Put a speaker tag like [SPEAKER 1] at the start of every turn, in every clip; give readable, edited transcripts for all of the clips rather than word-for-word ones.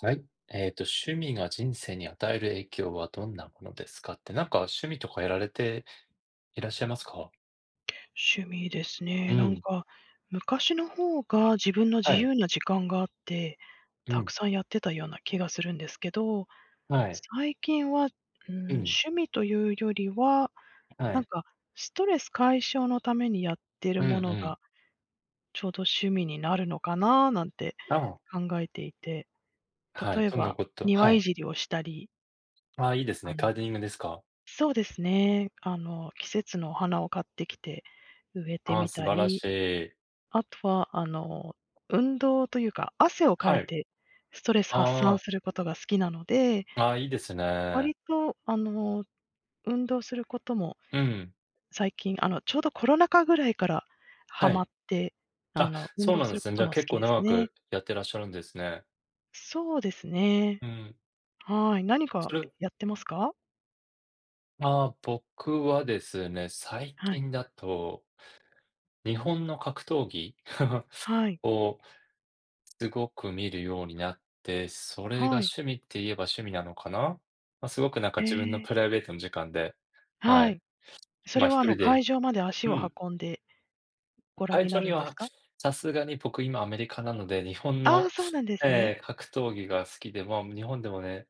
[SPEAKER 1] はい。趣味が人生に与える影響はどんなものですかって、なんか趣味とかやられていらっしゃいますか？
[SPEAKER 2] 趣味です
[SPEAKER 1] う
[SPEAKER 2] ね。なん
[SPEAKER 1] ん。
[SPEAKER 2] か、昔の方が自分の
[SPEAKER 1] は
[SPEAKER 2] 自
[SPEAKER 1] い。
[SPEAKER 2] 由な時間があって、
[SPEAKER 1] う
[SPEAKER 2] たく
[SPEAKER 1] ん。
[SPEAKER 2] さんやってたような気がするんですけど、
[SPEAKER 1] はい。
[SPEAKER 2] 最近は、うん、
[SPEAKER 1] うん。
[SPEAKER 2] 趣味というよりは、
[SPEAKER 1] は
[SPEAKER 2] なん
[SPEAKER 1] い。
[SPEAKER 2] かストレス解消のためにやってる
[SPEAKER 1] うんう
[SPEAKER 2] もの
[SPEAKER 1] ん。
[SPEAKER 2] が、ちょうど趣味になるのかななんて
[SPEAKER 1] ああ、
[SPEAKER 2] 考えていて、
[SPEAKER 1] はい。
[SPEAKER 2] 例え
[SPEAKER 1] どんな
[SPEAKER 2] ば
[SPEAKER 1] こと？は
[SPEAKER 2] 庭い
[SPEAKER 1] い。
[SPEAKER 2] じりをしたり、
[SPEAKER 1] ああ、いいですね。
[SPEAKER 2] あ
[SPEAKER 1] ガー
[SPEAKER 2] の
[SPEAKER 1] デニングですか？
[SPEAKER 2] そうですね、季節のお花を買ってきて植えて
[SPEAKER 1] ああ、
[SPEAKER 2] み
[SPEAKER 1] 素
[SPEAKER 2] た
[SPEAKER 1] 晴らし
[SPEAKER 2] り。
[SPEAKER 1] い。
[SPEAKER 2] あとは、運動というか、汗をか
[SPEAKER 1] は
[SPEAKER 2] い
[SPEAKER 1] い。
[SPEAKER 2] てストレス発散
[SPEAKER 1] あ
[SPEAKER 2] することが好きなので、
[SPEAKER 1] あ、ああ、いいですね。
[SPEAKER 2] 割と、運動することも
[SPEAKER 1] うん。
[SPEAKER 2] 最近、ちょうどコロナ禍ぐらいからハ
[SPEAKER 1] は
[SPEAKER 2] マ
[SPEAKER 1] い。
[SPEAKER 2] って、
[SPEAKER 1] あ、
[SPEAKER 2] 運
[SPEAKER 1] そう
[SPEAKER 2] 動
[SPEAKER 1] なん
[SPEAKER 2] す
[SPEAKER 1] で
[SPEAKER 2] る
[SPEAKER 1] す
[SPEAKER 2] こ
[SPEAKER 1] ね。じ
[SPEAKER 2] と
[SPEAKER 1] ゃあ
[SPEAKER 2] も好
[SPEAKER 1] 結
[SPEAKER 2] き
[SPEAKER 1] 構
[SPEAKER 2] です
[SPEAKER 1] 長
[SPEAKER 2] ね。
[SPEAKER 1] くやってらっしゃるんですね。
[SPEAKER 2] そうです
[SPEAKER 1] う
[SPEAKER 2] ね。
[SPEAKER 1] ん。
[SPEAKER 2] はい。何
[SPEAKER 1] そ
[SPEAKER 2] か
[SPEAKER 1] れ
[SPEAKER 2] やってますか？
[SPEAKER 1] ああ、僕はですね、最
[SPEAKER 2] はい。
[SPEAKER 1] 近だと日本の格闘技
[SPEAKER 2] はい。
[SPEAKER 1] をすごく見るようになって、それが
[SPEAKER 2] はい。
[SPEAKER 1] 趣味って言えば趣味なのかな、まあ、すごくなんか
[SPEAKER 2] え
[SPEAKER 1] 自分のプラ
[SPEAKER 2] え。
[SPEAKER 1] イベートの時間で、は
[SPEAKER 2] は
[SPEAKER 1] い。
[SPEAKER 2] い。そ
[SPEAKER 1] ま
[SPEAKER 2] れ
[SPEAKER 1] あ一
[SPEAKER 2] は、
[SPEAKER 1] 人で、
[SPEAKER 2] 会場まで足
[SPEAKER 1] う
[SPEAKER 2] を
[SPEAKER 1] ん。
[SPEAKER 2] 運んでご覧
[SPEAKER 1] 会
[SPEAKER 2] に
[SPEAKER 1] 長
[SPEAKER 2] なる
[SPEAKER 1] に
[SPEAKER 2] んです
[SPEAKER 1] は、
[SPEAKER 2] か？
[SPEAKER 1] さすがに僕今アメリカなので、日本
[SPEAKER 2] ああー、
[SPEAKER 1] の、
[SPEAKER 2] そうなんですね。
[SPEAKER 1] 格闘技が好きで、まあ日本でもね、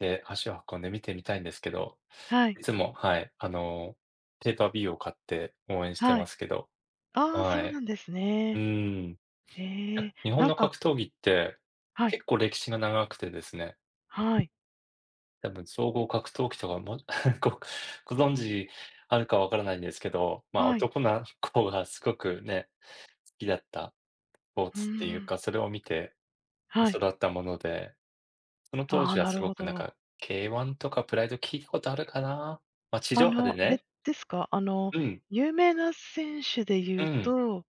[SPEAKER 1] 足を運んで見てみたいんですけど、
[SPEAKER 2] はい。
[SPEAKER 1] いつも、はい、ペーパービューを買って応援して
[SPEAKER 2] は
[SPEAKER 1] ま
[SPEAKER 2] い。
[SPEAKER 1] すけど、
[SPEAKER 2] ああ、そ
[SPEAKER 1] は
[SPEAKER 2] うな
[SPEAKER 1] い。
[SPEAKER 2] んです
[SPEAKER 1] う
[SPEAKER 2] ね。
[SPEAKER 1] ん。
[SPEAKER 2] え
[SPEAKER 1] や、
[SPEAKER 2] え、
[SPEAKER 1] 日本
[SPEAKER 2] なん
[SPEAKER 1] の
[SPEAKER 2] か
[SPEAKER 1] 格闘技って、
[SPEAKER 2] はい、
[SPEAKER 1] 結構歴史が長くてですね、
[SPEAKER 2] はい、
[SPEAKER 1] 多分総合格闘技とかも ごご存知あるかわからないんですけど、まあ、
[SPEAKER 2] はい。
[SPEAKER 1] 男の子がすごくね、好きだったスポー
[SPEAKER 2] うー
[SPEAKER 1] ツっていう
[SPEAKER 2] ん、
[SPEAKER 1] か、それを見て
[SPEAKER 2] はい。
[SPEAKER 1] 育ったもので、その当
[SPEAKER 2] ああ、
[SPEAKER 1] 時は
[SPEAKER 2] な
[SPEAKER 1] す
[SPEAKER 2] る
[SPEAKER 1] ご
[SPEAKER 2] ほ
[SPEAKER 1] くなん
[SPEAKER 2] ど。
[SPEAKER 1] か、K1 とかプライド聞いたことあるかな？ま、地上波で
[SPEAKER 2] あれ
[SPEAKER 1] ね。
[SPEAKER 2] ですか、
[SPEAKER 1] うん、
[SPEAKER 2] 有名な選手で
[SPEAKER 1] う
[SPEAKER 2] 言う
[SPEAKER 1] ん、
[SPEAKER 2] と、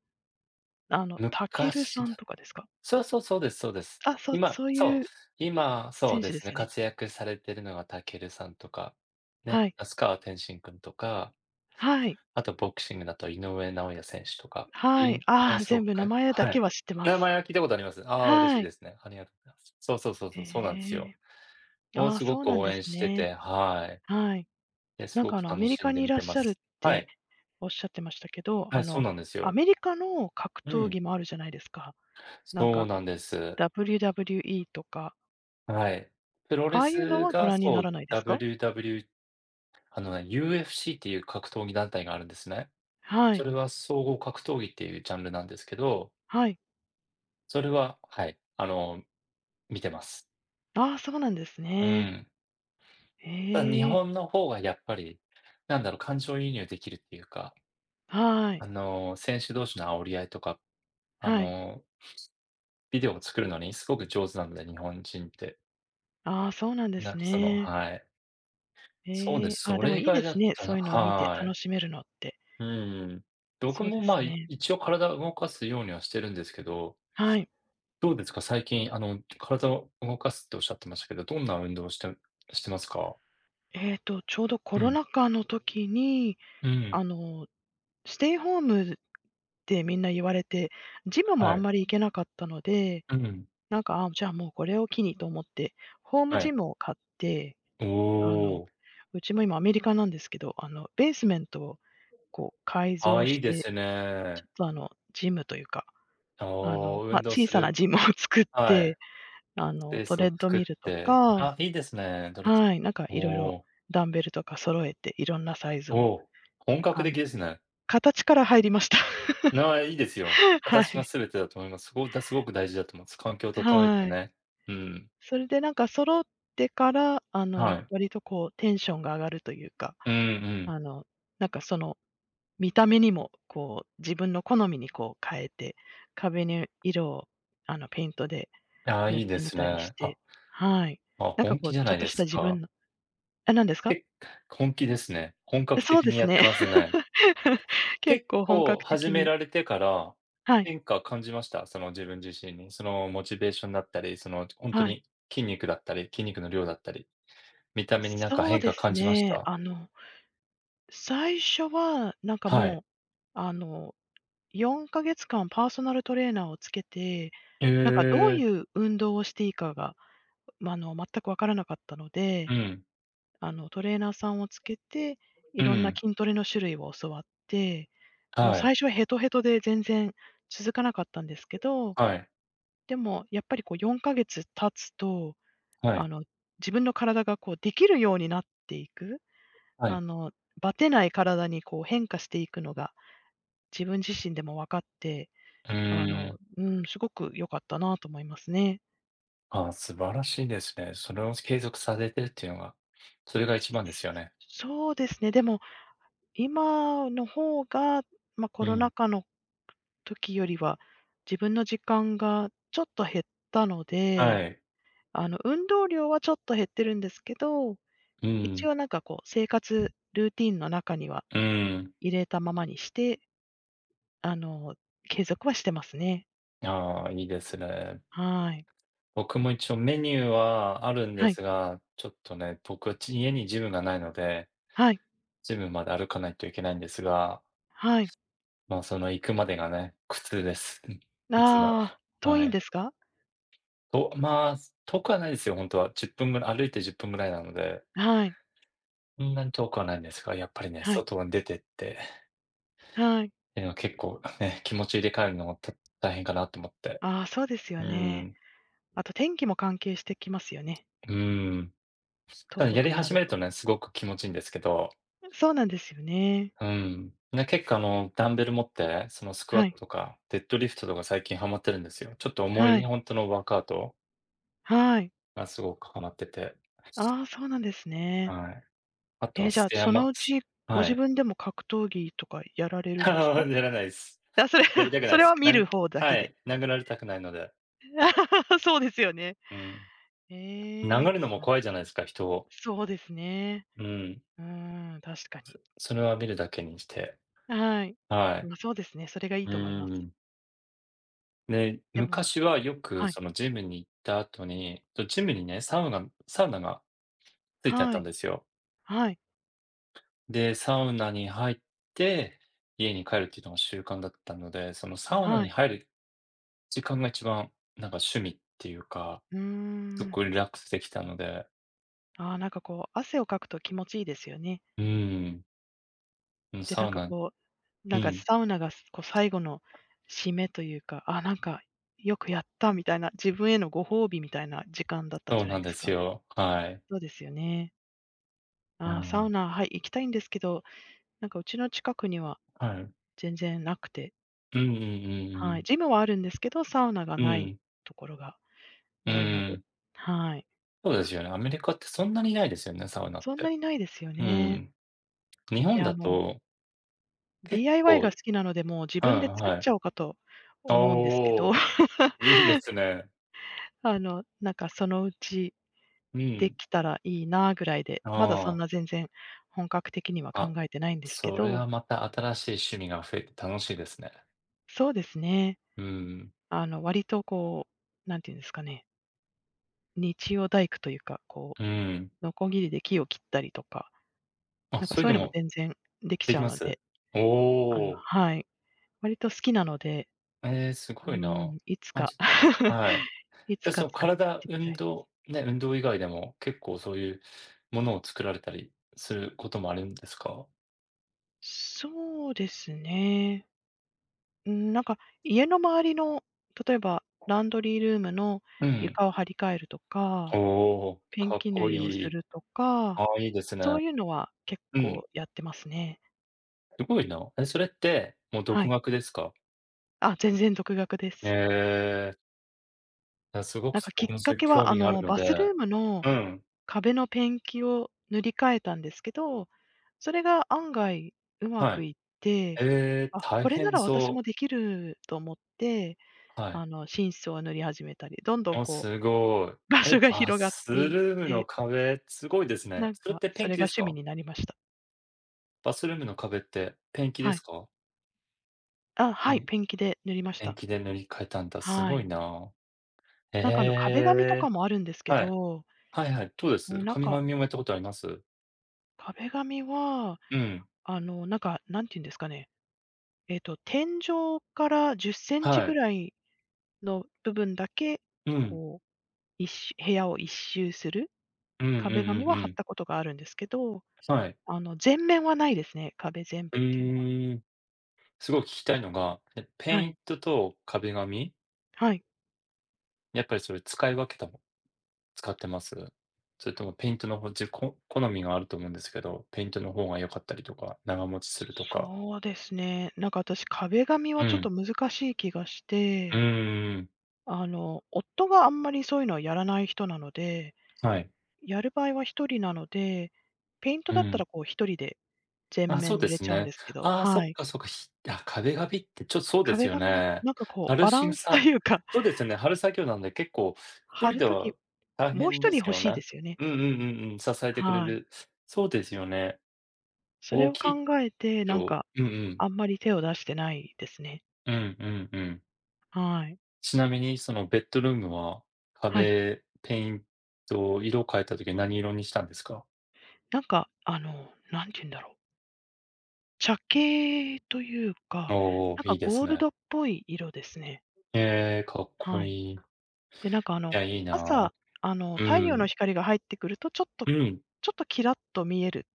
[SPEAKER 2] タケル
[SPEAKER 1] 昔
[SPEAKER 2] さんとかですか？
[SPEAKER 1] そうそう、そうですそうです。
[SPEAKER 2] あ、そう
[SPEAKER 1] 今
[SPEAKER 2] そう
[SPEAKER 1] そ
[SPEAKER 2] いう
[SPEAKER 1] う、今、そう
[SPEAKER 2] 選
[SPEAKER 1] で
[SPEAKER 2] 手で
[SPEAKER 1] すね、
[SPEAKER 2] すよね。
[SPEAKER 1] 活躍されてるのがケルさんとか、ね、
[SPEAKER 2] はい、
[SPEAKER 1] 那須川天心君とか、
[SPEAKER 2] はい、
[SPEAKER 1] あとボクシングだと井上尚弥選手とか、
[SPEAKER 2] は
[SPEAKER 1] い
[SPEAKER 2] い。
[SPEAKER 1] んね、
[SPEAKER 2] ああ、
[SPEAKER 1] すご
[SPEAKER 2] 全
[SPEAKER 1] く
[SPEAKER 2] 部
[SPEAKER 1] か
[SPEAKER 2] 名
[SPEAKER 1] い
[SPEAKER 2] 前だ
[SPEAKER 1] は
[SPEAKER 2] け
[SPEAKER 1] い。
[SPEAKER 2] は知ってま
[SPEAKER 1] 名
[SPEAKER 2] す。
[SPEAKER 1] 前は聞いたことあります。ああ、嬉し
[SPEAKER 2] は
[SPEAKER 1] い
[SPEAKER 2] い。
[SPEAKER 1] ですね。ありがとうございます。そうそうそう
[SPEAKER 2] え
[SPEAKER 1] そう、そうなんですよ。
[SPEAKER 2] え。
[SPEAKER 1] を
[SPEAKER 2] ああ、
[SPEAKER 1] すご
[SPEAKER 2] そう
[SPEAKER 1] く
[SPEAKER 2] なん
[SPEAKER 1] 応
[SPEAKER 2] です
[SPEAKER 1] 援して
[SPEAKER 2] ね。
[SPEAKER 1] て、はい。
[SPEAKER 2] はい。
[SPEAKER 1] で、す
[SPEAKER 2] なん
[SPEAKER 1] ご
[SPEAKER 2] か、
[SPEAKER 1] く
[SPEAKER 2] ア
[SPEAKER 1] 楽
[SPEAKER 2] メリ
[SPEAKER 1] しん
[SPEAKER 2] カ
[SPEAKER 1] で
[SPEAKER 2] にい
[SPEAKER 1] 見
[SPEAKER 2] らっ
[SPEAKER 1] てま
[SPEAKER 2] しゃるっ
[SPEAKER 1] す。は
[SPEAKER 2] て
[SPEAKER 1] い。
[SPEAKER 2] おっしゃってましたけど、
[SPEAKER 1] はい、そうなんです
[SPEAKER 2] ア
[SPEAKER 1] よ。
[SPEAKER 2] メリカの格
[SPEAKER 1] う
[SPEAKER 2] 闘
[SPEAKER 1] ん。
[SPEAKER 2] 技もあるじゃないですか。なん
[SPEAKER 1] そう
[SPEAKER 2] か、
[SPEAKER 1] なんです。
[SPEAKER 2] WWE とか、
[SPEAKER 1] はい。プロレ
[SPEAKER 2] ああいうの
[SPEAKER 1] ス
[SPEAKER 2] はご
[SPEAKER 1] が
[SPEAKER 2] 覧に
[SPEAKER 1] そ
[SPEAKER 2] なら
[SPEAKER 1] う、
[SPEAKER 2] ないですか？
[SPEAKER 1] WW、 あのね、UFC っていう格闘技団体があるんですね。
[SPEAKER 2] は
[SPEAKER 1] そ
[SPEAKER 2] い、
[SPEAKER 1] れは総合格闘技っていうジャンルなんですけど、
[SPEAKER 2] はい。
[SPEAKER 1] それははい、あの、見てます。
[SPEAKER 2] ああ、そうなんです
[SPEAKER 1] う
[SPEAKER 2] ね。
[SPEAKER 1] ん。
[SPEAKER 2] へ
[SPEAKER 1] ただ日
[SPEAKER 2] え、
[SPEAKER 1] 本の方がやっぱり、なんだろう、感情移入できるっていうか、
[SPEAKER 2] はい、
[SPEAKER 1] あの、選手同士の煽り合いとか、あ
[SPEAKER 2] はい。
[SPEAKER 1] の、ビデオを作るのにすごく上手なので、日本人って。
[SPEAKER 2] ああ、そうなんで
[SPEAKER 1] なん
[SPEAKER 2] す
[SPEAKER 1] かその
[SPEAKER 2] ね。
[SPEAKER 1] はい。そうで
[SPEAKER 2] ええ、
[SPEAKER 1] す。
[SPEAKER 2] あ、
[SPEAKER 1] そ
[SPEAKER 2] で
[SPEAKER 1] れ
[SPEAKER 2] も
[SPEAKER 1] 以
[SPEAKER 2] いい
[SPEAKER 1] 外
[SPEAKER 2] で
[SPEAKER 1] だ
[SPEAKER 2] す
[SPEAKER 1] っ
[SPEAKER 2] ね、
[SPEAKER 1] た
[SPEAKER 2] そ
[SPEAKER 1] ら
[SPEAKER 2] ういうのを見て
[SPEAKER 1] はい。
[SPEAKER 2] 楽しめるのって。
[SPEAKER 1] うん。僕
[SPEAKER 2] そう
[SPEAKER 1] も
[SPEAKER 2] で
[SPEAKER 1] ま
[SPEAKER 2] す
[SPEAKER 1] あ、
[SPEAKER 2] ね。
[SPEAKER 1] 一応体を動かすようにはしてるんですけど、
[SPEAKER 2] はい。
[SPEAKER 1] どうですか、最近、あの、体を動かすっておっしゃってましたけど、どんな運動をしてますか？
[SPEAKER 2] えっと、ちょうどコ
[SPEAKER 1] う
[SPEAKER 2] ロ
[SPEAKER 1] ん。
[SPEAKER 2] ナ禍の時に、
[SPEAKER 1] うん。
[SPEAKER 2] あのステイホームってみんな言われて、ジムも
[SPEAKER 1] は
[SPEAKER 2] あん
[SPEAKER 1] い。
[SPEAKER 2] まり行けなかったので、
[SPEAKER 1] うん。
[SPEAKER 2] なんか、あ、じゃあもうこれを機にと思って、ホーム
[SPEAKER 1] は
[SPEAKER 2] ジ
[SPEAKER 1] い。
[SPEAKER 2] ムを買って、
[SPEAKER 1] お
[SPEAKER 2] あの、
[SPEAKER 1] お。
[SPEAKER 2] うちも今アメリカなんですけど、ベースメントをこう改
[SPEAKER 1] あ、
[SPEAKER 2] 造
[SPEAKER 1] い
[SPEAKER 2] し
[SPEAKER 1] いで
[SPEAKER 2] て、
[SPEAKER 1] す
[SPEAKER 2] ちょ
[SPEAKER 1] ね。
[SPEAKER 2] っとジムというか、
[SPEAKER 1] お、あ、運
[SPEAKER 2] ま、
[SPEAKER 1] 動
[SPEAKER 2] 小
[SPEAKER 1] す
[SPEAKER 2] さな
[SPEAKER 1] る
[SPEAKER 2] ジムを作っ
[SPEAKER 1] はい、
[SPEAKER 2] て、
[SPEAKER 1] スペー
[SPEAKER 2] ト
[SPEAKER 1] ス
[SPEAKER 2] レッ
[SPEAKER 1] を
[SPEAKER 2] ド
[SPEAKER 1] 作っ
[SPEAKER 2] ミルと
[SPEAKER 1] て。
[SPEAKER 2] か、
[SPEAKER 1] あ、いいですね、ドルチ
[SPEAKER 2] は
[SPEAKER 1] ェ。
[SPEAKER 2] い、なんかいろい
[SPEAKER 1] お
[SPEAKER 2] ろ
[SPEAKER 1] お、
[SPEAKER 2] ダンベルとか揃えて、いろんなサイズを、
[SPEAKER 1] おー本格
[SPEAKER 2] あの、
[SPEAKER 1] 的ですね。
[SPEAKER 2] 形から入りました。
[SPEAKER 1] なあ、いいですよ。
[SPEAKER 2] は
[SPEAKER 1] 形が
[SPEAKER 2] い。
[SPEAKER 1] 全てだと思います。すごだすごく大事だと思います。環境を整えて
[SPEAKER 2] はい。
[SPEAKER 1] ね。うん。
[SPEAKER 2] それでなんか揃ってから、
[SPEAKER 1] はい。
[SPEAKER 2] 割とこうテンションが上がるというか、
[SPEAKER 1] うんうん。
[SPEAKER 2] あの、なんかその、見た目にもこう自分の好みにこう変えて、壁に色をペイントで
[SPEAKER 1] ああ、
[SPEAKER 2] 塗
[SPEAKER 1] い
[SPEAKER 2] っ
[SPEAKER 1] いで
[SPEAKER 2] てみ
[SPEAKER 1] す
[SPEAKER 2] たりし
[SPEAKER 1] ね。あ、
[SPEAKER 2] て、はい。
[SPEAKER 1] あ、
[SPEAKER 2] なんか
[SPEAKER 1] 本
[SPEAKER 2] こ
[SPEAKER 1] 気
[SPEAKER 2] うち
[SPEAKER 1] じゃな
[SPEAKER 2] ょっ
[SPEAKER 1] い
[SPEAKER 2] と
[SPEAKER 1] で
[SPEAKER 2] し
[SPEAKER 1] す
[SPEAKER 2] た自分
[SPEAKER 1] か。
[SPEAKER 2] のえ、何ですか？
[SPEAKER 1] け本気ですね。本格
[SPEAKER 2] そう
[SPEAKER 1] 的
[SPEAKER 2] で
[SPEAKER 1] に
[SPEAKER 2] す
[SPEAKER 1] やって
[SPEAKER 2] ね。
[SPEAKER 1] ますね。
[SPEAKER 2] 結
[SPEAKER 1] 結
[SPEAKER 2] 構本
[SPEAKER 1] 構
[SPEAKER 2] 格
[SPEAKER 1] 始
[SPEAKER 2] 的
[SPEAKER 1] め
[SPEAKER 2] に
[SPEAKER 1] られてから、
[SPEAKER 2] はい、
[SPEAKER 1] 変化感じました？その自分自身に。そのモチベーションだったり、そのほんと
[SPEAKER 2] はい。
[SPEAKER 1] に筋肉だったり、筋肉の量だったり、見た目になんか
[SPEAKER 2] そう
[SPEAKER 1] 変
[SPEAKER 2] で
[SPEAKER 1] 化
[SPEAKER 2] す
[SPEAKER 1] 感じまし
[SPEAKER 2] ね。
[SPEAKER 1] た？
[SPEAKER 2] 最初はなんか
[SPEAKER 1] は
[SPEAKER 2] も
[SPEAKER 1] い。
[SPEAKER 2] う、あの4か月間パーソナルトレーナーをつけて、
[SPEAKER 1] へ
[SPEAKER 2] なんかどう
[SPEAKER 1] え。
[SPEAKER 2] いう運動をしていいかが、ま、全くわからなかったの
[SPEAKER 1] う
[SPEAKER 2] で、
[SPEAKER 1] ん。
[SPEAKER 2] トレーナーさんをつけて、い
[SPEAKER 1] う
[SPEAKER 2] ろんな
[SPEAKER 1] ん。
[SPEAKER 2] 筋トレの種類を教わって、もう
[SPEAKER 1] はい。
[SPEAKER 2] 最初はヘトヘトで全然続かなかったんですけど、
[SPEAKER 1] はい。
[SPEAKER 2] でもやっぱりこう4か月経つと、
[SPEAKER 1] は
[SPEAKER 2] あ
[SPEAKER 1] い。
[SPEAKER 2] の、自分の体がこうできるようになっていく、
[SPEAKER 1] は
[SPEAKER 2] あ
[SPEAKER 1] い。
[SPEAKER 2] の、バテない体にこう変化していくのが自分自身でも分かって
[SPEAKER 1] うーん。
[SPEAKER 2] うん、すごく良かったなと思いますね。
[SPEAKER 1] ああ、素晴らしいですね。それを継続されてるっていうのが、それが一番ですよね。
[SPEAKER 2] そうですね、でも、今の方が、まあ、
[SPEAKER 1] う
[SPEAKER 2] コロ
[SPEAKER 1] ん。
[SPEAKER 2] ナ禍の時よりは、自分の時間がちょっと減ったの
[SPEAKER 1] は
[SPEAKER 2] で、
[SPEAKER 1] い。
[SPEAKER 2] 運動量はちょっと減ってるんですけど、
[SPEAKER 1] う
[SPEAKER 2] 一
[SPEAKER 1] ん。
[SPEAKER 2] 応なんかこう、生活ルーティンの中には
[SPEAKER 1] うん。
[SPEAKER 2] 入れたままにして、あの、継続はしてますね。
[SPEAKER 1] ああ、いいですね。
[SPEAKER 2] はい。
[SPEAKER 1] 僕も一応メニューはあるんで
[SPEAKER 2] はい。
[SPEAKER 1] すが、ちょっとね、僕はち家にジムがないので、
[SPEAKER 2] はい。
[SPEAKER 1] ジムまで歩かないといけないんですが、
[SPEAKER 2] はい。
[SPEAKER 1] まあ、その行くまでがね、苦痛です。うん、
[SPEAKER 2] あ
[SPEAKER 1] いつも。
[SPEAKER 2] あ、遠
[SPEAKER 1] は
[SPEAKER 2] いんで
[SPEAKER 1] い。
[SPEAKER 2] すか？
[SPEAKER 1] と、まあ、遠くはないですよ、本当は。10分ぐらい歩いて10分ぐらいなので、
[SPEAKER 2] はい。
[SPEAKER 1] そんなに遠くはないんですが、やっぱりね、
[SPEAKER 2] はい。
[SPEAKER 1] 外に出てって、っ
[SPEAKER 2] はい。
[SPEAKER 1] ていうのは結構ね、気持ち入れ替えるのが大変かなと思って。
[SPEAKER 2] ああ、そうです
[SPEAKER 1] う
[SPEAKER 2] よね。
[SPEAKER 1] ん。
[SPEAKER 2] あと天気も関係してきますよね。
[SPEAKER 1] うん。
[SPEAKER 2] 徒
[SPEAKER 1] ただ
[SPEAKER 2] 歩
[SPEAKER 1] や
[SPEAKER 2] と
[SPEAKER 1] り
[SPEAKER 2] な
[SPEAKER 1] 始
[SPEAKER 2] る
[SPEAKER 1] める
[SPEAKER 2] と。
[SPEAKER 1] とね、すごく気持ちいいんですけど。
[SPEAKER 2] そうなんですよね。
[SPEAKER 1] うん。ね、結構あの、ダンベル持って、そのスクワ
[SPEAKER 2] は
[SPEAKER 1] ット
[SPEAKER 2] い。
[SPEAKER 1] とか、デッドリフトとか最近ハマってるんですよ。ちょっと重
[SPEAKER 2] は
[SPEAKER 1] い
[SPEAKER 2] い。
[SPEAKER 1] 本当のワークアウト
[SPEAKER 2] はい。
[SPEAKER 1] がすごくハマってて。
[SPEAKER 2] ああ、そうなんですね。
[SPEAKER 1] はい。あとは
[SPEAKER 2] え、じ
[SPEAKER 1] ス
[SPEAKER 2] ゃあ、
[SPEAKER 1] テア
[SPEAKER 2] そ
[SPEAKER 1] マ
[SPEAKER 2] の
[SPEAKER 1] ッ
[SPEAKER 2] う
[SPEAKER 1] クス
[SPEAKER 2] ちご
[SPEAKER 1] は
[SPEAKER 2] 自
[SPEAKER 1] い。
[SPEAKER 2] 分でも格闘技とかやられるんですか？
[SPEAKER 1] やらないです。
[SPEAKER 2] あ、それ
[SPEAKER 1] やりた くな
[SPEAKER 2] そ
[SPEAKER 1] いで
[SPEAKER 2] れ
[SPEAKER 1] す。
[SPEAKER 2] は見る方だ
[SPEAKER 1] は
[SPEAKER 2] けで。
[SPEAKER 1] い、殴られたくないので。
[SPEAKER 2] そうですよね。
[SPEAKER 1] うん。
[SPEAKER 2] え
[SPEAKER 1] 殴
[SPEAKER 2] え、
[SPEAKER 1] るのも
[SPEAKER 2] ま、
[SPEAKER 1] 怖いじゃないですか、人を。
[SPEAKER 2] そうですね。
[SPEAKER 1] うん。
[SPEAKER 2] うーん、確かに。
[SPEAKER 1] それは見るだけにして。
[SPEAKER 2] はい。
[SPEAKER 1] はい。
[SPEAKER 2] ま、そうですね、それがいい
[SPEAKER 1] う
[SPEAKER 2] と思います。
[SPEAKER 1] ん。で、
[SPEAKER 2] でも
[SPEAKER 1] 昔はよく
[SPEAKER 2] はい。
[SPEAKER 1] そのジムに行った後に、ジムにね、サウナがついてあっ
[SPEAKER 2] は
[SPEAKER 1] たん
[SPEAKER 2] い。
[SPEAKER 1] ですよ。
[SPEAKER 2] はい。
[SPEAKER 1] で、サウナに入って、家に帰るっていうのが習慣だったので、そのサウナ
[SPEAKER 2] は
[SPEAKER 1] に
[SPEAKER 2] い。
[SPEAKER 1] 入る時間が一番、なんか趣味っていうか、
[SPEAKER 2] うー
[SPEAKER 1] すご
[SPEAKER 2] ん。
[SPEAKER 1] くリラックスできたので、
[SPEAKER 2] ああ、なんかこう、汗をかくと気持ちいいですよね。
[SPEAKER 1] うーん、うん、
[SPEAKER 2] で、
[SPEAKER 1] サ
[SPEAKER 2] なん
[SPEAKER 1] ウ
[SPEAKER 2] か
[SPEAKER 1] ナ
[SPEAKER 2] こう、
[SPEAKER 1] う
[SPEAKER 2] なんか
[SPEAKER 1] ん、
[SPEAKER 2] サウナがこう最後の締めというか、あ、なんかよくやったみたいな、自分へのご褒美みたいな時間だったん
[SPEAKER 1] そう
[SPEAKER 2] じゃな
[SPEAKER 1] な
[SPEAKER 2] い
[SPEAKER 1] ん
[SPEAKER 2] で
[SPEAKER 1] で
[SPEAKER 2] す
[SPEAKER 1] す
[SPEAKER 2] か？
[SPEAKER 1] よ。はい。
[SPEAKER 2] そうですよね。
[SPEAKER 1] いや
[SPEAKER 2] ああ、サ
[SPEAKER 1] ー、
[SPEAKER 2] ウナ、はい、行きたいんですけど、なんかうちの近くには
[SPEAKER 1] はい。
[SPEAKER 2] 全然なくて、
[SPEAKER 1] うんうんうんう
[SPEAKER 2] はい、
[SPEAKER 1] ん。
[SPEAKER 2] ジムはあるんですけど、サウナが
[SPEAKER 1] う
[SPEAKER 2] ない
[SPEAKER 1] ん、
[SPEAKER 2] ところが
[SPEAKER 1] う
[SPEAKER 2] 多いので、
[SPEAKER 1] ん。
[SPEAKER 2] はい。
[SPEAKER 1] そうですよね。アメリカってそんなにないですよね、サウナっ
[SPEAKER 2] そんな
[SPEAKER 1] て。
[SPEAKER 2] にないですよ
[SPEAKER 1] う
[SPEAKER 2] ね。
[SPEAKER 1] ん。日
[SPEAKER 2] で、
[SPEAKER 1] 本だと結
[SPEAKER 2] DIY が
[SPEAKER 1] 構
[SPEAKER 2] 好きなので、もう自
[SPEAKER 1] う
[SPEAKER 2] 分で
[SPEAKER 1] ん、
[SPEAKER 2] 作っ
[SPEAKER 1] はい。
[SPEAKER 2] ちゃおうかと
[SPEAKER 1] お
[SPEAKER 2] 思うんですけど、
[SPEAKER 1] お、いいですね。
[SPEAKER 2] なんかそのうち
[SPEAKER 1] う
[SPEAKER 2] で
[SPEAKER 1] ん。
[SPEAKER 2] きたらいいなぐらいで、まだそ
[SPEAKER 1] あ
[SPEAKER 2] んな
[SPEAKER 1] あ。
[SPEAKER 2] 全然本格的には考
[SPEAKER 1] あ、
[SPEAKER 2] えてないんですけ
[SPEAKER 1] それ
[SPEAKER 2] ど、
[SPEAKER 1] はまた新しい趣味が増えて楽しいですね。
[SPEAKER 2] そうですね。
[SPEAKER 1] うん。
[SPEAKER 2] 割とこう、なんていうんですかね、日曜大工というか、こ
[SPEAKER 1] うん。
[SPEAKER 2] う、ノコギリで木を切ったりとか、
[SPEAKER 1] あ、
[SPEAKER 2] なんか
[SPEAKER 1] それ
[SPEAKER 2] そうい
[SPEAKER 1] で
[SPEAKER 2] うのも
[SPEAKER 1] も
[SPEAKER 2] 全然でき
[SPEAKER 1] で
[SPEAKER 2] ち
[SPEAKER 1] き
[SPEAKER 2] ゃう
[SPEAKER 1] ま
[SPEAKER 2] の
[SPEAKER 1] す？
[SPEAKER 2] で、
[SPEAKER 1] おお、
[SPEAKER 2] はい。割と好きなので、
[SPEAKER 1] ええ、す
[SPEAKER 2] う
[SPEAKER 1] ごいな。
[SPEAKER 2] ん、いつ
[SPEAKER 1] あ、
[SPEAKER 2] か
[SPEAKER 1] はい。
[SPEAKER 2] いつ
[SPEAKER 1] じゃ、
[SPEAKER 2] か
[SPEAKER 1] その
[SPEAKER 2] 作っ
[SPEAKER 1] 体、
[SPEAKER 2] てみた
[SPEAKER 1] 運
[SPEAKER 2] い。
[SPEAKER 1] 動、ね、運動以外でも結構そういうものを作られたりすることもあるんですか？
[SPEAKER 2] そうですね。うん、なんか家の周りの、例えばランドリールームの
[SPEAKER 1] うん。
[SPEAKER 2] 床を張り替えるとか、
[SPEAKER 1] おお、
[SPEAKER 2] ペン
[SPEAKER 1] かっ
[SPEAKER 2] キ塗
[SPEAKER 1] こ
[SPEAKER 2] りを
[SPEAKER 1] い
[SPEAKER 2] す
[SPEAKER 1] い。
[SPEAKER 2] るとか、
[SPEAKER 1] ああ、いいですね。
[SPEAKER 2] そういうのは結
[SPEAKER 1] うん、
[SPEAKER 2] 構やってますね。
[SPEAKER 1] すごいな。え、それってもう
[SPEAKER 2] は
[SPEAKER 1] 独
[SPEAKER 2] い。
[SPEAKER 1] 学ですか？
[SPEAKER 2] あ、全然独学で
[SPEAKER 1] え
[SPEAKER 2] す。
[SPEAKER 1] え、あ、すご
[SPEAKER 2] な
[SPEAKER 1] く
[SPEAKER 2] んかきっ
[SPEAKER 1] 僕もそ
[SPEAKER 2] か
[SPEAKER 1] ういう
[SPEAKER 2] け
[SPEAKER 1] 興
[SPEAKER 2] は、
[SPEAKER 1] 味があるの
[SPEAKER 2] バスル
[SPEAKER 1] で
[SPEAKER 2] ームの
[SPEAKER 1] うん。
[SPEAKER 2] 壁のペンキを塗り替えたんですけど、それが案外うま
[SPEAKER 1] は
[SPEAKER 2] く
[SPEAKER 1] い。
[SPEAKER 2] いって、
[SPEAKER 1] えー
[SPEAKER 2] あ、
[SPEAKER 1] 大
[SPEAKER 2] これな
[SPEAKER 1] 変
[SPEAKER 2] ら私
[SPEAKER 1] そ
[SPEAKER 2] も
[SPEAKER 1] う。
[SPEAKER 2] できると思って、
[SPEAKER 1] はい。
[SPEAKER 2] 寝室を塗り始めたり、どんどん
[SPEAKER 1] あ、
[SPEAKER 2] こ
[SPEAKER 1] すご
[SPEAKER 2] う場
[SPEAKER 1] い。え、
[SPEAKER 2] 所が
[SPEAKER 1] バ
[SPEAKER 2] 広がっ
[SPEAKER 1] ス
[SPEAKER 2] ていっ
[SPEAKER 1] ルームの
[SPEAKER 2] て
[SPEAKER 1] 壁、すごいですね。
[SPEAKER 2] なん
[SPEAKER 1] それっ
[SPEAKER 2] か、
[SPEAKER 1] てペ
[SPEAKER 2] そ
[SPEAKER 1] ン
[SPEAKER 2] れ
[SPEAKER 1] キ
[SPEAKER 2] が
[SPEAKER 1] です
[SPEAKER 2] 趣味
[SPEAKER 1] か？
[SPEAKER 2] になりました。
[SPEAKER 1] バスルームの壁ってペンキで
[SPEAKER 2] は
[SPEAKER 1] す
[SPEAKER 2] い。
[SPEAKER 1] か？
[SPEAKER 2] あ、
[SPEAKER 1] ペ
[SPEAKER 2] はい、
[SPEAKER 1] ン
[SPEAKER 2] ペンキで塗りまし
[SPEAKER 1] ペン
[SPEAKER 2] た。
[SPEAKER 1] キで塗り替えたんだ、す
[SPEAKER 2] は
[SPEAKER 1] ごい
[SPEAKER 2] い。
[SPEAKER 1] な。
[SPEAKER 2] なんか、壁紙と
[SPEAKER 1] え
[SPEAKER 2] か
[SPEAKER 1] ー、
[SPEAKER 2] もあるんですけど、
[SPEAKER 1] はいはいはい、そうで
[SPEAKER 2] も
[SPEAKER 1] す。
[SPEAKER 2] う、なんか、
[SPEAKER 1] 紙もやったことあります。
[SPEAKER 2] 壁紙は、
[SPEAKER 1] うん。
[SPEAKER 2] なんか、なんて言うんですかね、えっと、天井から10センチ
[SPEAKER 1] は
[SPEAKER 2] ぐ
[SPEAKER 1] い。
[SPEAKER 2] らいの部分だけ、
[SPEAKER 1] うん。
[SPEAKER 2] こう、部屋を一周する
[SPEAKER 1] うんうんう
[SPEAKER 2] 壁紙
[SPEAKER 1] ん
[SPEAKER 2] は
[SPEAKER 1] う
[SPEAKER 2] 貼っ
[SPEAKER 1] ん。
[SPEAKER 2] たことがあるんですけど、
[SPEAKER 1] はい。
[SPEAKER 2] 全面はないですね、壁全
[SPEAKER 1] う
[SPEAKER 2] 部っていうのは。
[SPEAKER 1] ーん、すごい聞きたいのが、え、ペ
[SPEAKER 2] は
[SPEAKER 1] イ
[SPEAKER 2] い。
[SPEAKER 1] ントと壁紙、
[SPEAKER 2] はい。
[SPEAKER 1] やっぱりそれ使い分けた使ってます？それともペイントの方好みがあると思うんですけど、ペイントの方が良かったりとか、長持ちするとか。
[SPEAKER 2] そうですね。なんか私、壁紙
[SPEAKER 1] う
[SPEAKER 2] はちょっと
[SPEAKER 1] ん。
[SPEAKER 2] 難しい気がし
[SPEAKER 1] うん
[SPEAKER 2] て、
[SPEAKER 1] うんん。
[SPEAKER 2] 夫があんまりそういうのはやらない人なので、
[SPEAKER 1] はい。
[SPEAKER 2] やる場合は一人なので、ペイント
[SPEAKER 1] う
[SPEAKER 2] だった
[SPEAKER 1] ん。
[SPEAKER 2] らこう一人で全
[SPEAKER 1] あ、そう
[SPEAKER 2] 面塗
[SPEAKER 1] で
[SPEAKER 2] れ
[SPEAKER 1] す
[SPEAKER 2] ちゃうん
[SPEAKER 1] ね。
[SPEAKER 2] ですけど、
[SPEAKER 1] ああ、そ
[SPEAKER 2] は
[SPEAKER 1] っ
[SPEAKER 2] い。
[SPEAKER 1] かそっか。ひあ、壁紙ってちょっとそうです
[SPEAKER 2] 壁
[SPEAKER 1] よ
[SPEAKER 2] 紙だと
[SPEAKER 1] ね。
[SPEAKER 2] なんかこう
[SPEAKER 1] 春
[SPEAKER 2] バラ
[SPEAKER 1] しぐ
[SPEAKER 2] ンスと
[SPEAKER 1] さ
[SPEAKER 2] いうか、
[SPEAKER 1] そうで すよね、春作業なんで結構一
[SPEAKER 2] 貼
[SPEAKER 1] 人
[SPEAKER 2] る
[SPEAKER 1] では
[SPEAKER 2] 時、
[SPEAKER 1] 大
[SPEAKER 2] もう
[SPEAKER 1] 変
[SPEAKER 2] 一
[SPEAKER 1] で
[SPEAKER 2] 人
[SPEAKER 1] す
[SPEAKER 2] 欲
[SPEAKER 1] よ
[SPEAKER 2] しい
[SPEAKER 1] ね。
[SPEAKER 2] ですよね。
[SPEAKER 1] うんうんうんうん、支えてくれ
[SPEAKER 2] はい。
[SPEAKER 1] る。そうですよね。
[SPEAKER 2] それ
[SPEAKER 1] 大
[SPEAKER 2] を
[SPEAKER 1] きい
[SPEAKER 2] 考えて、なん
[SPEAKER 1] と
[SPEAKER 2] か、
[SPEAKER 1] うんうん。
[SPEAKER 2] あんまり手を出してないですね。
[SPEAKER 1] うんうんうん。
[SPEAKER 2] はい。
[SPEAKER 1] ちなみに、そのベッドルームは、
[SPEAKER 2] はい。
[SPEAKER 1] 壁、ペイント、色変えた時何色にしたんですか？
[SPEAKER 2] なんか、何て言うんだろう。茶系というか、
[SPEAKER 1] おお、
[SPEAKER 2] なん
[SPEAKER 1] い
[SPEAKER 2] か
[SPEAKER 1] いです
[SPEAKER 2] ゴール
[SPEAKER 1] ね。
[SPEAKER 2] ドっぽい色ですね。
[SPEAKER 1] ええ、かっこ
[SPEAKER 2] はい。
[SPEAKER 1] いい。い
[SPEAKER 2] で、なんか
[SPEAKER 1] や、いいな。
[SPEAKER 2] 朝、
[SPEAKER 1] う
[SPEAKER 2] 太陽の
[SPEAKER 1] ん。
[SPEAKER 2] 光が入ってくると、
[SPEAKER 1] うん。
[SPEAKER 2] ちょっとキラッと見える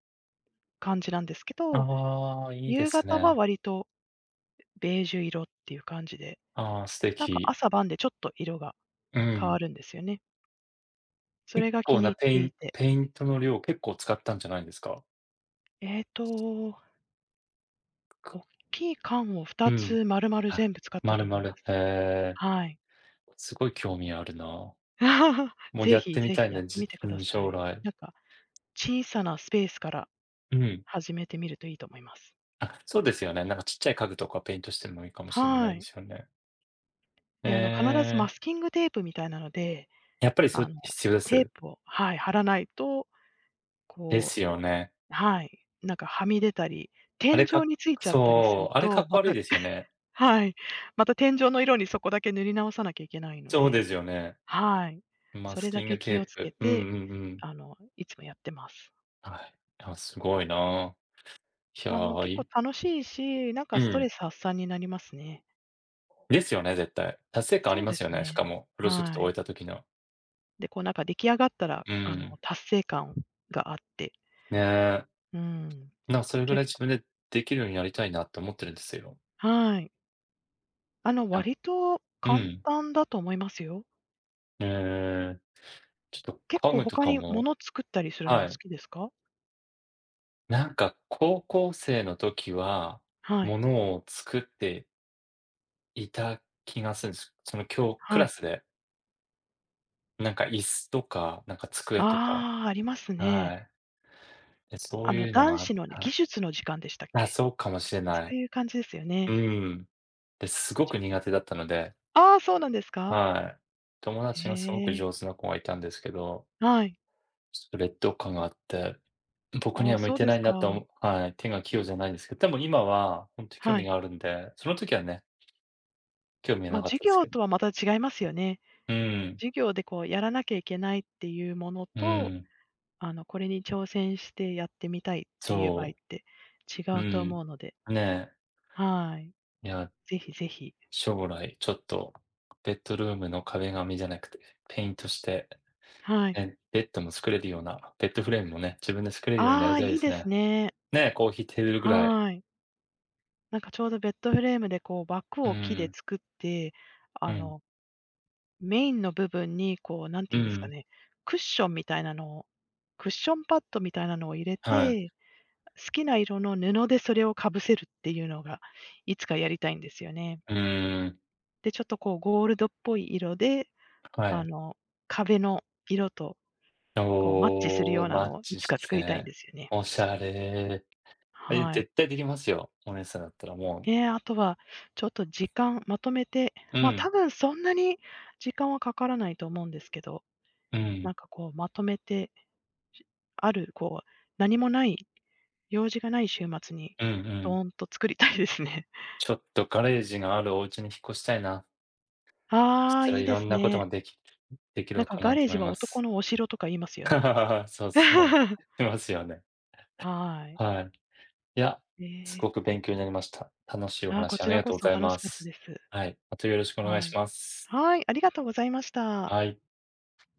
[SPEAKER 2] 感じなんですけど、
[SPEAKER 1] ああ、いいで
[SPEAKER 2] 夕
[SPEAKER 1] す
[SPEAKER 2] 方は
[SPEAKER 1] ね。
[SPEAKER 2] 割とベージュ色っていう感じで、
[SPEAKER 1] ああ、素
[SPEAKER 2] なんか
[SPEAKER 1] 敵。
[SPEAKER 2] 朝晩でちょっと色が
[SPEAKER 1] う
[SPEAKER 2] 変わ
[SPEAKER 1] ん。
[SPEAKER 2] るんですよね。そ
[SPEAKER 1] 結
[SPEAKER 2] れが気
[SPEAKER 1] 構な
[SPEAKER 2] に入っていて。
[SPEAKER 1] ペイントの量、結構使ったんじゃないんですか？
[SPEAKER 2] えっと、
[SPEAKER 1] く
[SPEAKER 2] 大きい缶を
[SPEAKER 1] う
[SPEAKER 2] 2
[SPEAKER 1] ん。
[SPEAKER 2] つ丸々
[SPEAKER 1] あ、
[SPEAKER 2] 全部使った
[SPEAKER 1] ま
[SPEAKER 2] と
[SPEAKER 1] る
[SPEAKER 2] 思
[SPEAKER 1] ま
[SPEAKER 2] いま
[SPEAKER 1] る
[SPEAKER 2] す。
[SPEAKER 1] へえ、
[SPEAKER 2] はい。
[SPEAKER 1] すごい興味あるな。もうや
[SPEAKER 2] ぜ
[SPEAKER 1] っ
[SPEAKER 2] ひ
[SPEAKER 1] てみ
[SPEAKER 2] ぜ
[SPEAKER 1] た
[SPEAKER 2] ひ
[SPEAKER 1] い
[SPEAKER 2] やっ
[SPEAKER 1] ね、
[SPEAKER 2] てみて
[SPEAKER 1] う
[SPEAKER 2] くだ
[SPEAKER 1] ん、
[SPEAKER 2] さ
[SPEAKER 1] 将
[SPEAKER 2] い。
[SPEAKER 1] 来。
[SPEAKER 2] なんか小さなスペースから
[SPEAKER 1] うん。
[SPEAKER 2] 始めてみるといいと思います。
[SPEAKER 1] あ、そうですよね。なんかちっちゃい家具とかペイントしてもいいかもしれな
[SPEAKER 2] は
[SPEAKER 1] いで
[SPEAKER 2] い。
[SPEAKER 1] すよね。え
[SPEAKER 2] で、必ずマ
[SPEAKER 1] え、
[SPEAKER 2] スキングテープみたいなので、
[SPEAKER 1] やっぱりそ
[SPEAKER 2] あ
[SPEAKER 1] れ
[SPEAKER 2] の、
[SPEAKER 1] 必要で
[SPEAKER 2] テー
[SPEAKER 1] す。
[SPEAKER 2] プを、はい、貼らないと、
[SPEAKER 1] で
[SPEAKER 2] こ
[SPEAKER 1] すよね。
[SPEAKER 2] う、はい、なんかはみ出たり、
[SPEAKER 1] あ
[SPEAKER 2] 天
[SPEAKER 1] れ
[SPEAKER 2] 井
[SPEAKER 1] か
[SPEAKER 2] についちゃったりする
[SPEAKER 1] そう、あれか
[SPEAKER 2] と、
[SPEAKER 1] っこ
[SPEAKER 2] ま
[SPEAKER 1] 悪
[SPEAKER 2] た
[SPEAKER 1] いですよ ね。
[SPEAKER 2] はい、また天井の色にそこだけ塗り直さなきゃいけないの
[SPEAKER 1] そう
[SPEAKER 2] で、
[SPEAKER 1] ですよね。
[SPEAKER 2] はい。
[SPEAKER 1] マ
[SPEAKER 2] そ
[SPEAKER 1] ス
[SPEAKER 2] れだ
[SPEAKER 1] キン
[SPEAKER 2] け
[SPEAKER 1] グ
[SPEAKER 2] 気を
[SPEAKER 1] テー
[SPEAKER 2] つけ
[SPEAKER 1] プ。うんう
[SPEAKER 2] て、
[SPEAKER 1] んうん。
[SPEAKER 2] いつもやってます。
[SPEAKER 1] はい。あ、すごいな。いや、
[SPEAKER 2] 結構
[SPEAKER 1] い
[SPEAKER 2] 楽しいし、なん
[SPEAKER 1] う
[SPEAKER 2] かストレ
[SPEAKER 1] ん。
[SPEAKER 2] ス発散になりますね。
[SPEAKER 1] ですよね、絶対。達成感あり
[SPEAKER 2] そう
[SPEAKER 1] ま
[SPEAKER 2] で
[SPEAKER 1] す
[SPEAKER 2] す
[SPEAKER 1] よね、しか
[SPEAKER 2] ね。
[SPEAKER 1] も、プロジェク
[SPEAKER 2] は
[SPEAKER 1] ト終
[SPEAKER 2] い。
[SPEAKER 1] えた時の。
[SPEAKER 2] で、こうなんか出来上がったら、
[SPEAKER 1] うん。
[SPEAKER 2] 達成感があって、
[SPEAKER 1] ねえ。
[SPEAKER 2] うん、
[SPEAKER 1] なんかそれぐら
[SPEAKER 2] 結
[SPEAKER 1] い自
[SPEAKER 2] 構
[SPEAKER 1] 分でできるようになりたいなって思ってるんですよ。
[SPEAKER 2] はい。
[SPEAKER 1] あ、
[SPEAKER 2] 割と
[SPEAKER 1] う
[SPEAKER 2] 簡
[SPEAKER 1] ん。
[SPEAKER 2] 単だと思いますよ。
[SPEAKER 1] ええ、ちょっと
[SPEAKER 2] 結
[SPEAKER 1] 家
[SPEAKER 2] 構
[SPEAKER 1] 具と
[SPEAKER 2] 他
[SPEAKER 1] か
[SPEAKER 2] に
[SPEAKER 1] も
[SPEAKER 2] 物作ったりするの
[SPEAKER 1] は
[SPEAKER 2] は好
[SPEAKER 1] い。
[SPEAKER 2] きですか？
[SPEAKER 1] なんか高校生の時は、
[SPEAKER 2] は
[SPEAKER 1] も
[SPEAKER 2] い、
[SPEAKER 1] のを作っていた気がするんです。その今日ク
[SPEAKER 2] は
[SPEAKER 1] ラ
[SPEAKER 2] い。
[SPEAKER 1] スで、なんか椅子とか、なんか机とか、
[SPEAKER 2] ああ、あります
[SPEAKER 1] は
[SPEAKER 2] ね。
[SPEAKER 1] い。で、そういうの
[SPEAKER 2] 男
[SPEAKER 1] が
[SPEAKER 2] 子のね
[SPEAKER 1] あ
[SPEAKER 2] 技
[SPEAKER 1] い。
[SPEAKER 2] 術の時間でしたっ
[SPEAKER 1] あ、
[SPEAKER 2] け？
[SPEAKER 1] そうかもしれ
[SPEAKER 2] そ
[SPEAKER 1] な
[SPEAKER 2] う
[SPEAKER 1] い。
[SPEAKER 2] いう感じですよ
[SPEAKER 1] う
[SPEAKER 2] ね。
[SPEAKER 1] ん。で、すご
[SPEAKER 2] ちょ
[SPEAKER 1] く苦手だったので、
[SPEAKER 2] ああ、そうなんですか？
[SPEAKER 1] はい。友
[SPEAKER 2] へ
[SPEAKER 1] 達がすごく
[SPEAKER 2] え、
[SPEAKER 1] 上手な子がいたんですけど、
[SPEAKER 2] はい。
[SPEAKER 1] ちょっと劣等感があって、僕に
[SPEAKER 2] あ
[SPEAKER 1] は
[SPEAKER 2] あ、
[SPEAKER 1] 向い
[SPEAKER 2] そう
[SPEAKER 1] て
[SPEAKER 2] で
[SPEAKER 1] な
[SPEAKER 2] す
[SPEAKER 1] いなと
[SPEAKER 2] か。
[SPEAKER 1] 思うはい、手が器用じゃないんですけど、でも今は本当に興
[SPEAKER 2] は
[SPEAKER 1] 味
[SPEAKER 2] い。
[SPEAKER 1] があるんで、その時はね、興味は
[SPEAKER 2] ま
[SPEAKER 1] な
[SPEAKER 2] あ、
[SPEAKER 1] かっ
[SPEAKER 2] 授
[SPEAKER 1] たです
[SPEAKER 2] 業
[SPEAKER 1] け
[SPEAKER 2] と
[SPEAKER 1] ど
[SPEAKER 2] はまた違いますよね。
[SPEAKER 1] うん、
[SPEAKER 2] 授業でこうやらなきゃいけないっていうもの
[SPEAKER 1] う
[SPEAKER 2] と
[SPEAKER 1] ん、
[SPEAKER 2] これに挑戦してやってみたいっていう場合っ
[SPEAKER 1] そ
[SPEAKER 2] て違
[SPEAKER 1] う、う
[SPEAKER 2] うと
[SPEAKER 1] ん。
[SPEAKER 2] 思うので、
[SPEAKER 1] ねえ、
[SPEAKER 2] はい。
[SPEAKER 1] いや、
[SPEAKER 2] ぜひぜひ。
[SPEAKER 1] 将来ちょっとベッドルームの壁紙じゃなくて、ペイントして、
[SPEAKER 2] はい。
[SPEAKER 1] ね、ベッドも作れるような、ベッドフレームもね、自分で作れるようにな
[SPEAKER 2] あ
[SPEAKER 1] り
[SPEAKER 2] あ、
[SPEAKER 1] たい
[SPEAKER 2] い
[SPEAKER 1] で
[SPEAKER 2] い
[SPEAKER 1] す
[SPEAKER 2] で
[SPEAKER 1] ね。
[SPEAKER 2] すね。
[SPEAKER 1] ねえ、コーヒーテーブルぐらい。
[SPEAKER 2] はい。なんかちょうどベッドフレームでこう枠
[SPEAKER 1] う
[SPEAKER 2] を木で
[SPEAKER 1] ん、
[SPEAKER 2] 作って、
[SPEAKER 1] う
[SPEAKER 2] あ
[SPEAKER 1] ん、
[SPEAKER 2] の、メインの部分にこう、なんて
[SPEAKER 1] う
[SPEAKER 2] いうんですか
[SPEAKER 1] ん、
[SPEAKER 2] ね、クッションみたいなのをクッションパッドみたいなのを入れ
[SPEAKER 1] はい。
[SPEAKER 2] て、好きな色の布でそれをかぶせるっていうのが、いつかやりたいんですよね。
[SPEAKER 1] うん、
[SPEAKER 2] で、ちょっとこうゴールドっぽい色で
[SPEAKER 1] は
[SPEAKER 2] あ
[SPEAKER 1] い。
[SPEAKER 2] の、壁の色と、こう、マッチする
[SPEAKER 1] お
[SPEAKER 2] よ
[SPEAKER 1] ー
[SPEAKER 2] うな
[SPEAKER 1] マッ
[SPEAKER 2] のをい
[SPEAKER 1] チ
[SPEAKER 2] つ
[SPEAKER 1] し
[SPEAKER 2] か作りたいん
[SPEAKER 1] て、
[SPEAKER 2] ですよね。
[SPEAKER 1] おしゃれ。え、
[SPEAKER 2] はい。
[SPEAKER 1] 絶対できますよ、お姉さんだったらもう。
[SPEAKER 2] で、あとは、ちょっと時間まとめて、
[SPEAKER 1] う
[SPEAKER 2] ま、
[SPEAKER 1] ん、
[SPEAKER 2] 多分そんなに時間はかからないと思うんですけど、
[SPEAKER 1] う
[SPEAKER 2] なん
[SPEAKER 1] ん、
[SPEAKER 2] かこうまとめて、しある、こう、何もない、用事がない週末に
[SPEAKER 1] うんう
[SPEAKER 2] ド
[SPEAKER 1] ん。
[SPEAKER 2] ーンと作りたいですね。
[SPEAKER 1] ちょっとガレージがあるお家に引っ越したいな。そし
[SPEAKER 2] ああ、
[SPEAKER 1] たら
[SPEAKER 2] いい
[SPEAKER 1] い
[SPEAKER 2] で
[SPEAKER 1] ろん
[SPEAKER 2] す
[SPEAKER 1] なことが
[SPEAKER 2] ね。
[SPEAKER 1] でき
[SPEAKER 2] なん
[SPEAKER 1] る
[SPEAKER 2] か
[SPEAKER 1] か
[SPEAKER 2] ガ
[SPEAKER 1] な
[SPEAKER 2] レ
[SPEAKER 1] と
[SPEAKER 2] ー
[SPEAKER 1] 思
[SPEAKER 2] ジ
[SPEAKER 1] い
[SPEAKER 2] は
[SPEAKER 1] ま
[SPEAKER 2] 男
[SPEAKER 1] す。
[SPEAKER 2] のお城とか言いますよね。
[SPEAKER 1] そうそ う。いますよね。
[SPEAKER 2] はい。
[SPEAKER 1] はい。いや、
[SPEAKER 2] え
[SPEAKER 1] す
[SPEAKER 2] え。
[SPEAKER 1] ごく勉強になりました。楽しいお
[SPEAKER 2] ああ、こ
[SPEAKER 1] 話あ
[SPEAKER 2] ち
[SPEAKER 1] り
[SPEAKER 2] ら
[SPEAKER 1] がと
[SPEAKER 2] こ
[SPEAKER 1] うご
[SPEAKER 2] そ
[SPEAKER 1] ざい
[SPEAKER 2] 楽し
[SPEAKER 1] ま
[SPEAKER 2] かった
[SPEAKER 1] す。
[SPEAKER 2] です。
[SPEAKER 1] はい、またよろしくお願い
[SPEAKER 2] は
[SPEAKER 1] し
[SPEAKER 2] い。
[SPEAKER 1] ます。
[SPEAKER 2] はい、ありがとうございました。
[SPEAKER 1] はい。